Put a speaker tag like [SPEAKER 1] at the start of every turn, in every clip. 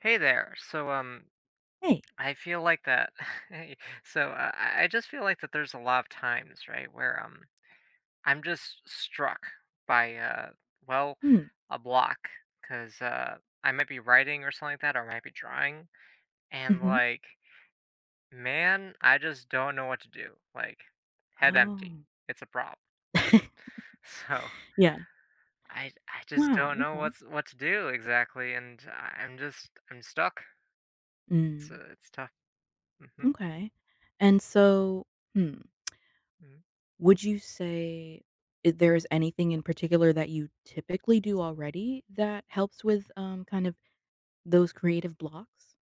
[SPEAKER 1] Hey there.
[SPEAKER 2] Hey.
[SPEAKER 1] I feel like that. Hey. I just feel like that there's a lot of times, right, where I'm just struck by well,
[SPEAKER 2] Mm.
[SPEAKER 1] a block because I might be writing or something like that, or I might be drawing, and
[SPEAKER 2] Mhm.
[SPEAKER 1] man, I just don't know what to do. Like, head empty.
[SPEAKER 2] Oh,
[SPEAKER 1] It's a problem. Um, so
[SPEAKER 2] yeah.
[SPEAKER 1] I I just
[SPEAKER 2] Wow,
[SPEAKER 1] don't know
[SPEAKER 2] okay.
[SPEAKER 1] what to do exactly, and I'm stuck. So
[SPEAKER 2] Mm.
[SPEAKER 1] it's tough. hmm
[SPEAKER 2] Okay. And so, hmm, would you say I there is anything in particular that you typically do already that helps with, kind of those creative blocks?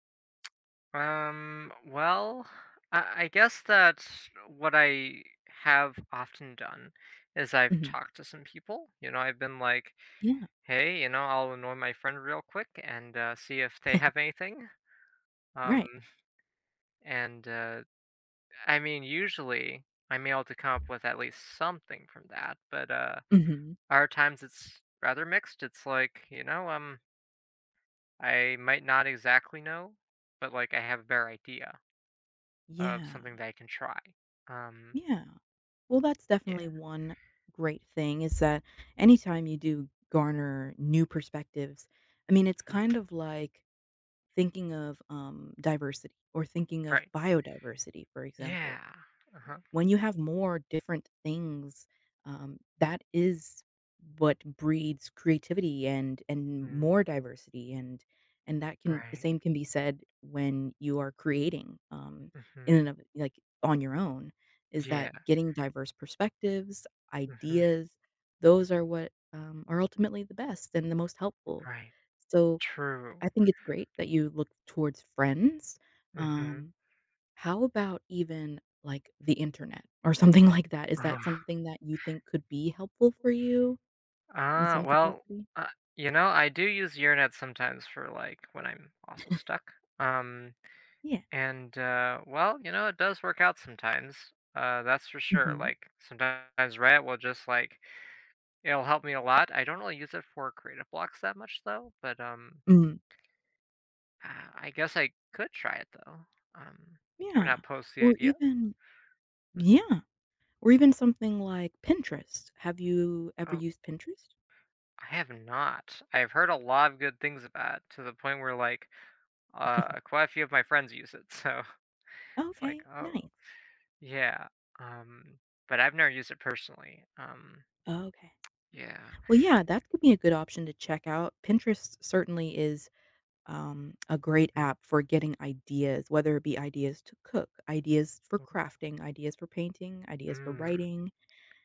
[SPEAKER 1] Um, well, I guess that what I have often done is I've
[SPEAKER 2] Mhm.
[SPEAKER 1] talked to some people. You know, I've been like,
[SPEAKER 2] Yeah,
[SPEAKER 1] hey, I'll annoy my friend real quick and see if they have anything. Um,
[SPEAKER 2] right.
[SPEAKER 1] and I mean, usually I'm able to come up with at least something from that, but
[SPEAKER 2] Mhm.
[SPEAKER 1] our times it's rather mixed. It's like, I might not exactly know, but like I have a better idea of
[SPEAKER 2] Yeah.
[SPEAKER 1] something that I can try. Um,
[SPEAKER 2] Yeah. Well, that's definitely
[SPEAKER 1] Yeah.
[SPEAKER 2] one great thing is that anytime you do garner new perspectives, I mean, it's
[SPEAKER 1] Mhm.
[SPEAKER 2] kind of like thinking of, diversity or thinking of
[SPEAKER 1] Right.
[SPEAKER 2] biodiversity, for example.
[SPEAKER 1] Yeah. Uh-huh.
[SPEAKER 2] When you have more different things, that is what breeds creativity and
[SPEAKER 1] Mm,
[SPEAKER 2] more diversity, and that can the
[SPEAKER 1] right.
[SPEAKER 2] same can be said when you are creating,
[SPEAKER 1] Mhm.
[SPEAKER 2] in and of like, on your own, is
[SPEAKER 1] Yeah.
[SPEAKER 2] that getting diverse perspectives,
[SPEAKER 1] Mhm.
[SPEAKER 2] ideas, those are what, are ultimately the best and the most helpful.
[SPEAKER 1] Right.
[SPEAKER 2] So
[SPEAKER 1] True.
[SPEAKER 2] I think it's great that you look towards friends.
[SPEAKER 1] Mhm.
[SPEAKER 2] Um, how about even, like, the internet or something like that? Is that something that you think could be helpful for you in
[SPEAKER 1] Ah,
[SPEAKER 2] some
[SPEAKER 1] well,
[SPEAKER 2] capacity?
[SPEAKER 1] uh, you know, I do use Usenet sometimes for like when I'm also stuck. Um,
[SPEAKER 2] Yeah.
[SPEAKER 1] you know, it does work out sometimes. That's for sure.
[SPEAKER 2] Mhm.
[SPEAKER 1] Like sometimes Reddit will just it'll help me a lot. I don't really use it for creative blocks that much though, but
[SPEAKER 2] Mm.
[SPEAKER 1] I guess I could try it though. Um, I'm
[SPEAKER 2] Yeah.
[SPEAKER 1] not opposed to the
[SPEAKER 2] Or
[SPEAKER 1] idea.
[SPEAKER 2] even
[SPEAKER 1] Mm.
[SPEAKER 2] yeah, or even something like Pinterest. Have you ever
[SPEAKER 1] Oh,
[SPEAKER 2] used Pinterest?
[SPEAKER 1] I have not. I've heard a lot of good things about it, to the point where quite a few of my friends use it. So it's like,
[SPEAKER 2] Okay,
[SPEAKER 1] oh
[SPEAKER 2] nice.
[SPEAKER 1] yeah. Um, but I've never used it personally.
[SPEAKER 2] Okay.
[SPEAKER 1] Yeah.
[SPEAKER 2] Well, yeah, that could be a good option to check out. Pinterest certainly is a great
[SPEAKER 1] Mm,
[SPEAKER 2] app for getting ideas, whether it be ideas to cook, ideas for
[SPEAKER 1] mm,
[SPEAKER 2] crafting, ideas for painting, ideas for
[SPEAKER 1] mm,
[SPEAKER 2] writing,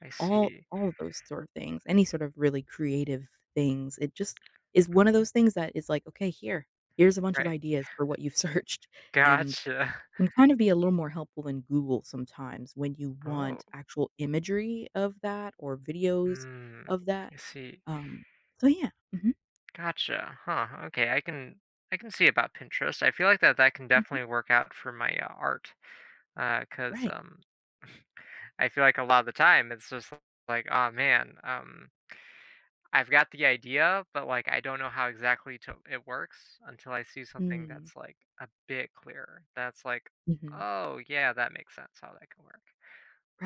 [SPEAKER 1] I
[SPEAKER 2] all
[SPEAKER 1] see.
[SPEAKER 2] all of those sort of things. Any sort of really creative things. It just is one of those things that is like, okay, here, here's a bunch of
[SPEAKER 1] Right.
[SPEAKER 2] ideas for what you've searched, and
[SPEAKER 1] Gotcha.
[SPEAKER 2] can kind of be a little more helpful than Google sometimes when you
[SPEAKER 1] Oh.
[SPEAKER 2] want actual imagery of that or videos
[SPEAKER 1] Mm,
[SPEAKER 2] of that.
[SPEAKER 1] I see.
[SPEAKER 2] Um, so yeah,
[SPEAKER 1] Gotcha. Huh. Okay. I can see about Pinterest. I feel like that that can
[SPEAKER 2] hmm
[SPEAKER 1] definitely work out for my art. Cause
[SPEAKER 2] right.
[SPEAKER 1] I feel like a lot of the time it's just like, oh man, I've got the idea, but like I don't know how exactly to it works until I see something
[SPEAKER 2] Mm,
[SPEAKER 1] that's like a bit clearer. That's like,
[SPEAKER 2] mm-hmm.
[SPEAKER 1] oh yeah, that makes sense how that can work.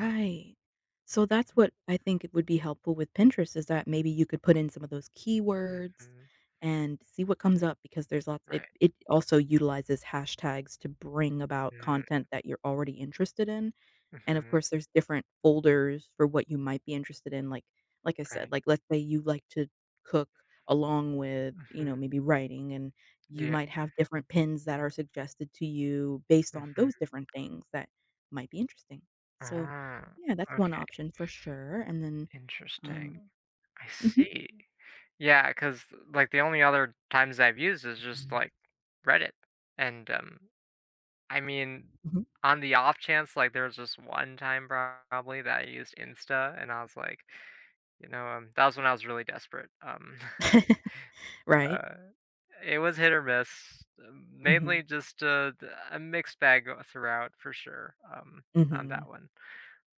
[SPEAKER 1] Um,
[SPEAKER 2] So that's what I think it would be helpful with Pinterest is that maybe you could put in some of those keywords
[SPEAKER 1] hmm
[SPEAKER 2] and see what comes up because there's lots it,
[SPEAKER 1] right.
[SPEAKER 2] it also utilizes hashtags to bring about
[SPEAKER 1] Mm-hmm,
[SPEAKER 2] content that you're already interested in. And of
[SPEAKER 1] mm-hmm,
[SPEAKER 2] course, there's different folders for what you might be interested in, like I said,
[SPEAKER 1] right.
[SPEAKER 2] like, let's say you like to cook along with,
[SPEAKER 1] Mm-hmm,
[SPEAKER 2] maybe writing, and you
[SPEAKER 1] yeah.
[SPEAKER 2] might have different pins that are suggested to you based on
[SPEAKER 1] Mm-hmm.
[SPEAKER 2] those different things that might be interesting. So,
[SPEAKER 1] Ah,
[SPEAKER 2] yeah, that's one
[SPEAKER 1] okay.
[SPEAKER 2] option for sure, and then, um
[SPEAKER 1] Interesting. I
[SPEAKER 2] mhm.
[SPEAKER 1] see. Yeah, because like, the only other times I've used is just, like, Reddit, and, I mean,
[SPEAKER 2] Mhm.
[SPEAKER 1] on the off chance, like, there was just one time probably that I used Insta, and I was like, that was when I was really desperate,
[SPEAKER 2] Right.
[SPEAKER 1] uh, it was hit or miss,
[SPEAKER 2] Mhm.
[SPEAKER 1] mainly just, a mixed bag, throughout for sure, on that
[SPEAKER 2] Mhm.
[SPEAKER 1] one.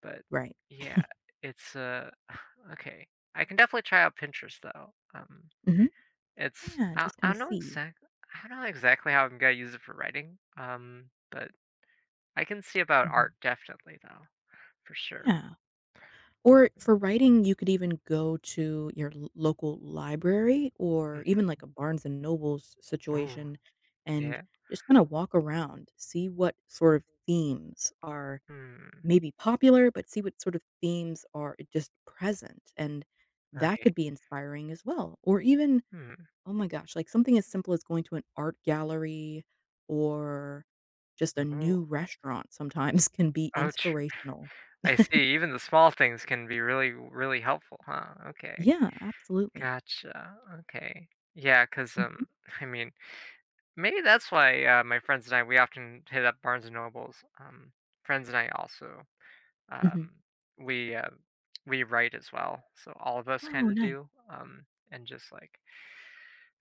[SPEAKER 1] But
[SPEAKER 2] Right.
[SPEAKER 1] yeah, it's okay. I can definitely try out Pinterest though.
[SPEAKER 2] Mhm. Yeah, just
[SPEAKER 1] I
[SPEAKER 2] kinda
[SPEAKER 1] don't know
[SPEAKER 2] see.
[SPEAKER 1] I don't know exactly how I'm gonna use it for writing. But I can see about
[SPEAKER 2] Mhm.
[SPEAKER 1] art definitely though for sure.
[SPEAKER 2] Yeah. Or for writing, you could even go to your l local library or
[SPEAKER 1] hmm
[SPEAKER 2] even like a Barnes& and Noble's
[SPEAKER 1] Ooh,
[SPEAKER 2] situation and
[SPEAKER 1] yeah.
[SPEAKER 2] just kinda walk around, see what sort of themes are
[SPEAKER 1] Hmm.
[SPEAKER 2] maybe popular, but see what sort of themes are just present, and that
[SPEAKER 1] Right.
[SPEAKER 2] could be inspiring as well. Or even
[SPEAKER 1] Hmm.
[SPEAKER 2] Oh my gosh, like something as simple as going to an art gallery or just a
[SPEAKER 1] Oh,
[SPEAKER 2] new restaurant sometimes can be
[SPEAKER 1] oh, tr-
[SPEAKER 2] inspirational.
[SPEAKER 1] I see. Even the small things can be really, really helpful, huh? Okay.
[SPEAKER 2] Yeah, absolutely.
[SPEAKER 1] Gotcha. Okay. Yeah, because
[SPEAKER 2] Mhm.
[SPEAKER 1] I mean, maybe that's why my friends and I we often hit up Barnes and Nobles. Friends and I also
[SPEAKER 2] Mhm.
[SPEAKER 1] um, we uh, we write as well, so all of us kind
[SPEAKER 2] Oh,
[SPEAKER 1] of
[SPEAKER 2] nice.
[SPEAKER 1] do. And just like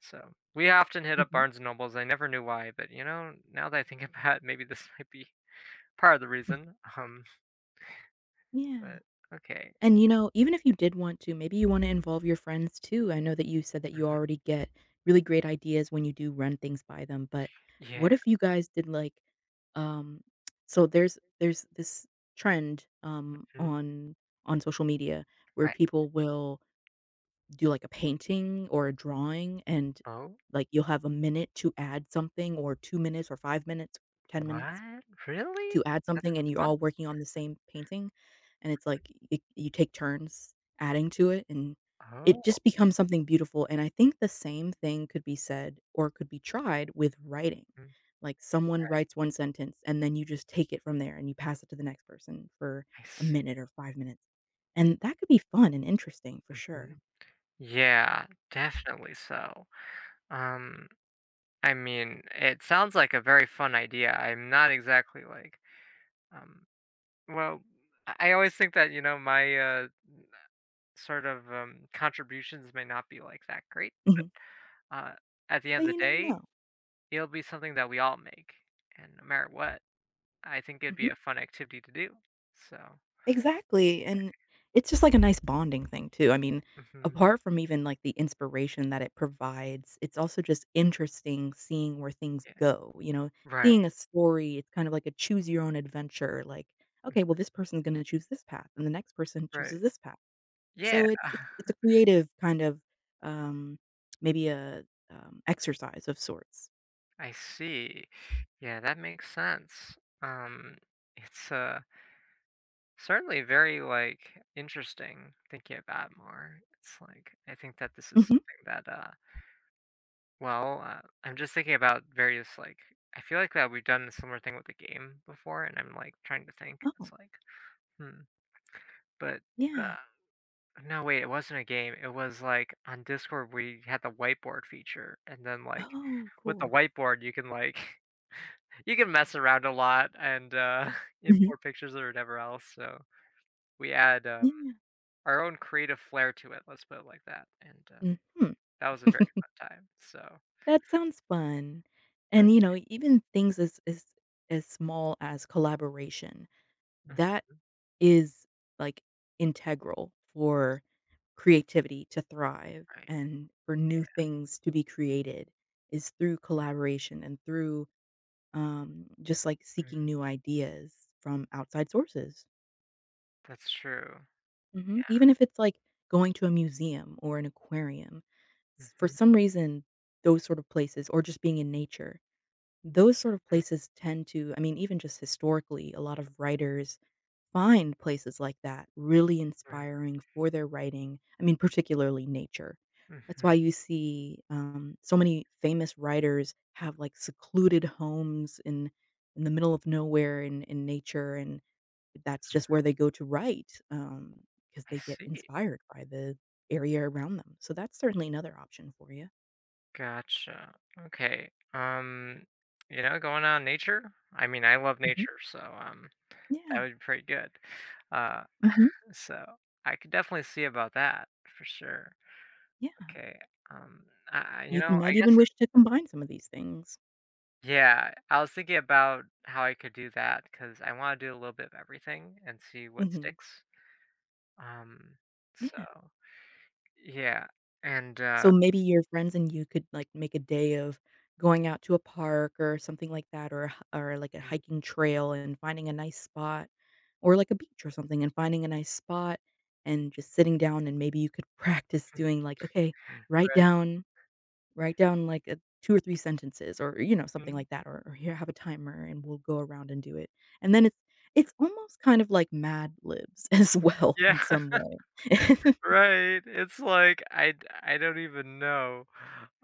[SPEAKER 1] so, we often hit up
[SPEAKER 2] Mhm,
[SPEAKER 1] Barnes and Nobles. I never knew why, but you know, now that I think about it, maybe this might be part of the
[SPEAKER 2] mhm.
[SPEAKER 1] reason.
[SPEAKER 2] Yeah.
[SPEAKER 1] But okay,
[SPEAKER 2] And even if you did want to, maybe you wanna involve your friends too. I know that you said that you
[SPEAKER 1] mhm,
[SPEAKER 2] already get really great ideas when you do run things by them, but
[SPEAKER 1] yeah,
[SPEAKER 2] what if you guys did, like, um so there's this trend,
[SPEAKER 1] mhm,
[SPEAKER 2] on social media where
[SPEAKER 1] right.
[SPEAKER 2] people will do, like, a painting or a drawing and,
[SPEAKER 1] Oh,
[SPEAKER 2] like, you'll have a minute to add something or 2 minutes or 5 minutes, 10 minutes
[SPEAKER 1] what? Really?
[SPEAKER 2] to add
[SPEAKER 1] That
[SPEAKER 2] something and
[SPEAKER 1] sounds
[SPEAKER 2] you're
[SPEAKER 1] fun.
[SPEAKER 2] all working on the same painting, and it's like y you take turns adding to it, and it
[SPEAKER 1] Oh,
[SPEAKER 2] just becomes something beautiful, and I think the same thing could be said or could be tried with writing.
[SPEAKER 1] mm,
[SPEAKER 2] Like, someone writes 1 sentence, and then you just take it from there, and you pass it to the next person for
[SPEAKER 1] I
[SPEAKER 2] a
[SPEAKER 1] see.
[SPEAKER 2] minute or 5 minutes, and that could be fun and interesting for sure.
[SPEAKER 1] Mhm. Yeah, definitely so. Um, I mean, it sounds like a very fun idea. I'm not exactly like, um, well, I always think that, you know, my contributions may not be like that great.
[SPEAKER 2] Mhm.
[SPEAKER 1] Uh, at the
[SPEAKER 2] But
[SPEAKER 1] end of
[SPEAKER 2] you
[SPEAKER 1] the
[SPEAKER 2] never
[SPEAKER 1] day,
[SPEAKER 2] know.
[SPEAKER 1] it'll be something that we all make. And no matter what, I think it'd be
[SPEAKER 2] Mhm.
[SPEAKER 1] a fun activity to do. So,
[SPEAKER 2] Exactly, and it's just like a nice bonding thing too. I mean,
[SPEAKER 1] hmm
[SPEAKER 2] apart from even like the inspiration that it provides, it's also just interesting seeing where things
[SPEAKER 1] yeah.
[SPEAKER 2] go, you know?
[SPEAKER 1] Right.
[SPEAKER 2] Seeing a story, it's kind of like a choose your own adventure, like, "Okay, well,
[SPEAKER 1] Mm,
[SPEAKER 2] this person's gonna choose this path, and the next person chooses
[SPEAKER 1] right.
[SPEAKER 2] this path."
[SPEAKER 1] Yeah.
[SPEAKER 2] So it's a creative kind of, um, maybe a, exercise of sorts.
[SPEAKER 1] I see. Yeah, that makes sense. Um, it's Certainly very, like, interesting thinking about it more. It's like, I think that this is
[SPEAKER 2] Mhm.
[SPEAKER 1] something that, I'm just thinking about various, I feel like that we've done a similar thing with the game before, and I'm, like, trying to think. It's
[SPEAKER 2] Oh,
[SPEAKER 1] like, "Hmm," but, uh,
[SPEAKER 2] yeah.
[SPEAKER 1] no, wait, it wasn't a game. It was, like, on Discord, we had the whiteboard feature, and then, like,
[SPEAKER 2] Oh,
[SPEAKER 1] with the
[SPEAKER 2] cool.
[SPEAKER 1] whiteboard, you can, like, you can mess around a lot and,
[SPEAKER 2] Mhm.
[SPEAKER 1] import pictures or whatever else, so we add.
[SPEAKER 2] Yeah.
[SPEAKER 1] Our own creative flair to it, let's put it like that, and,
[SPEAKER 2] Mhm.
[SPEAKER 1] that was a very fun time, so
[SPEAKER 2] That sounds fun.
[SPEAKER 1] uh,
[SPEAKER 2] And even things as as small as collaboration,
[SPEAKER 1] mm,
[SPEAKER 2] that is, like, integral for creativity to thrive
[SPEAKER 1] right,
[SPEAKER 2] and for new things to be created is through collaboration and through, just, like, seeking
[SPEAKER 1] mhm,
[SPEAKER 2] new ideas from outside sources.
[SPEAKER 1] that's true,
[SPEAKER 2] Mhm.
[SPEAKER 1] yeah,
[SPEAKER 2] Even if it's, like, going to a museum or an aquarium, s for
[SPEAKER 1] mhm,
[SPEAKER 2] some reason, those sort of places or just being in nature. Those sort of
[SPEAKER 1] mm,
[SPEAKER 2] places tend to I mean, even just historically, a lot of writers find places like that really
[SPEAKER 1] right,
[SPEAKER 2] inspiring for their writing, I mean, particularly nature. That's why
[SPEAKER 1] mhm,
[SPEAKER 2] you see, so many famous writers have, like, secluded homes in the middle of nowhere in nature, and that's
[SPEAKER 1] mm,
[SPEAKER 2] just where they go to write, because
[SPEAKER 1] I
[SPEAKER 2] they get
[SPEAKER 1] see,
[SPEAKER 2] inspired by the area around them. So that's certainly another option for you.
[SPEAKER 1] gotcha, okay, you know, going on nature? I mean, I love
[SPEAKER 2] Mhm.
[SPEAKER 1] nature, so, that
[SPEAKER 2] Yeah.
[SPEAKER 1] would be pretty good, uh,
[SPEAKER 2] Mhm.
[SPEAKER 1] so I could definitely see about that for sure,
[SPEAKER 2] Yeah.
[SPEAKER 1] okay, um, I you
[SPEAKER 2] You
[SPEAKER 1] know,
[SPEAKER 2] can might
[SPEAKER 1] I guess
[SPEAKER 2] even wish to combine some of these things.
[SPEAKER 1] yeah, I was thinking about how I could do that because I want to do a little bit of everything and see what
[SPEAKER 2] Mhm.
[SPEAKER 1] sticks. Um,
[SPEAKER 2] Yeah.
[SPEAKER 1] so yeah, and
[SPEAKER 2] So maybe your friends and you could, like, make a day of going out to a park or something like that or a h or, like, a hiking trail and finding a nice spot or, like, a beach or something and finding a nice spot and just sitting down and maybe you could practice doing, like, "Okay, write
[SPEAKER 1] right,
[SPEAKER 2] down Write down like a 2 or 3 sentences or, something
[SPEAKER 1] mm,
[SPEAKER 2] like that, or here, have a timer and we'll go around and do it. And then it's almost kind of like Mad Libs as well
[SPEAKER 1] yeah,
[SPEAKER 2] in some way.
[SPEAKER 1] right. It's like I don't even know.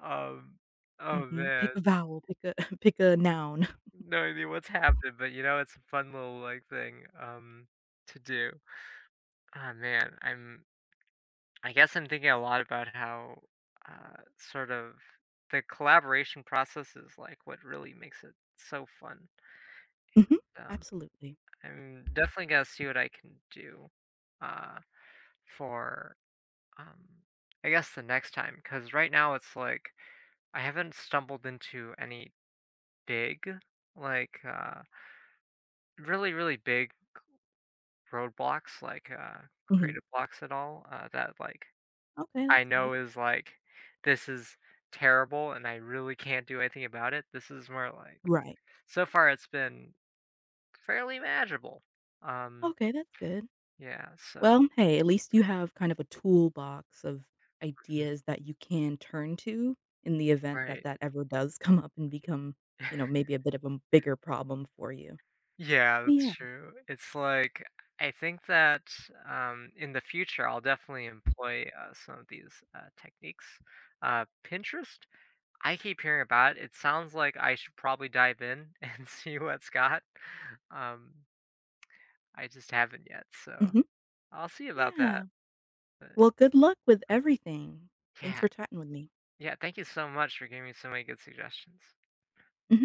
[SPEAKER 1] Um, oh
[SPEAKER 2] Mhm. Pick a
[SPEAKER 1] man,
[SPEAKER 2] vowel, pick a pick a noun.
[SPEAKER 1] no idea what's happening, but you know, it's a fun little like thing to do. Ah man, I'm I guess I'm thinking a lot about how, uh, sort of the collaboration process is like what really makes it so fun.
[SPEAKER 2] Mhm.
[SPEAKER 1] Um,
[SPEAKER 2] Absolutely.
[SPEAKER 1] I'm definitely gonna see what I can do, uh, for um, I guess the next time because right now it's like I haven't stumbled into any big, like uh, really really big roadblocks like
[SPEAKER 2] Mhm.
[SPEAKER 1] creative blocks at all that like
[SPEAKER 2] Okay,
[SPEAKER 1] I
[SPEAKER 2] that's good.
[SPEAKER 1] know is like, this is terrible and I really can't do anything about it. This is more like,
[SPEAKER 2] Right.
[SPEAKER 1] so far it's been fairly manageable. Um,
[SPEAKER 2] Okay, that's good.
[SPEAKER 1] yeah, so,
[SPEAKER 2] Well, hey, at least you have kind of a toolbox of
[SPEAKER 1] mhm.
[SPEAKER 2] ideas that you can turn to in the event that
[SPEAKER 1] Right.
[SPEAKER 2] that ever does come up and become, you know, maybe a bit of a bigger problem for you.
[SPEAKER 1] Yeah, that's
[SPEAKER 2] Yeah.
[SPEAKER 1] true. It's like, I think that in the future, I'll definitely employ some of these techniques. Pinterest, I keep hearing about it. It sounds like I should probably dive in and see what's got. Um, I just haven't yet, so.
[SPEAKER 2] Mhm.
[SPEAKER 1] I'll see about that,
[SPEAKER 2] Yeah.
[SPEAKER 1] but,
[SPEAKER 2] Well, good luck with everything. Thanks
[SPEAKER 1] yeah.
[SPEAKER 2] for chatting with me.
[SPEAKER 1] Yeah, thank you so much for giving me so many good suggestions.
[SPEAKER 2] Mm-hmm.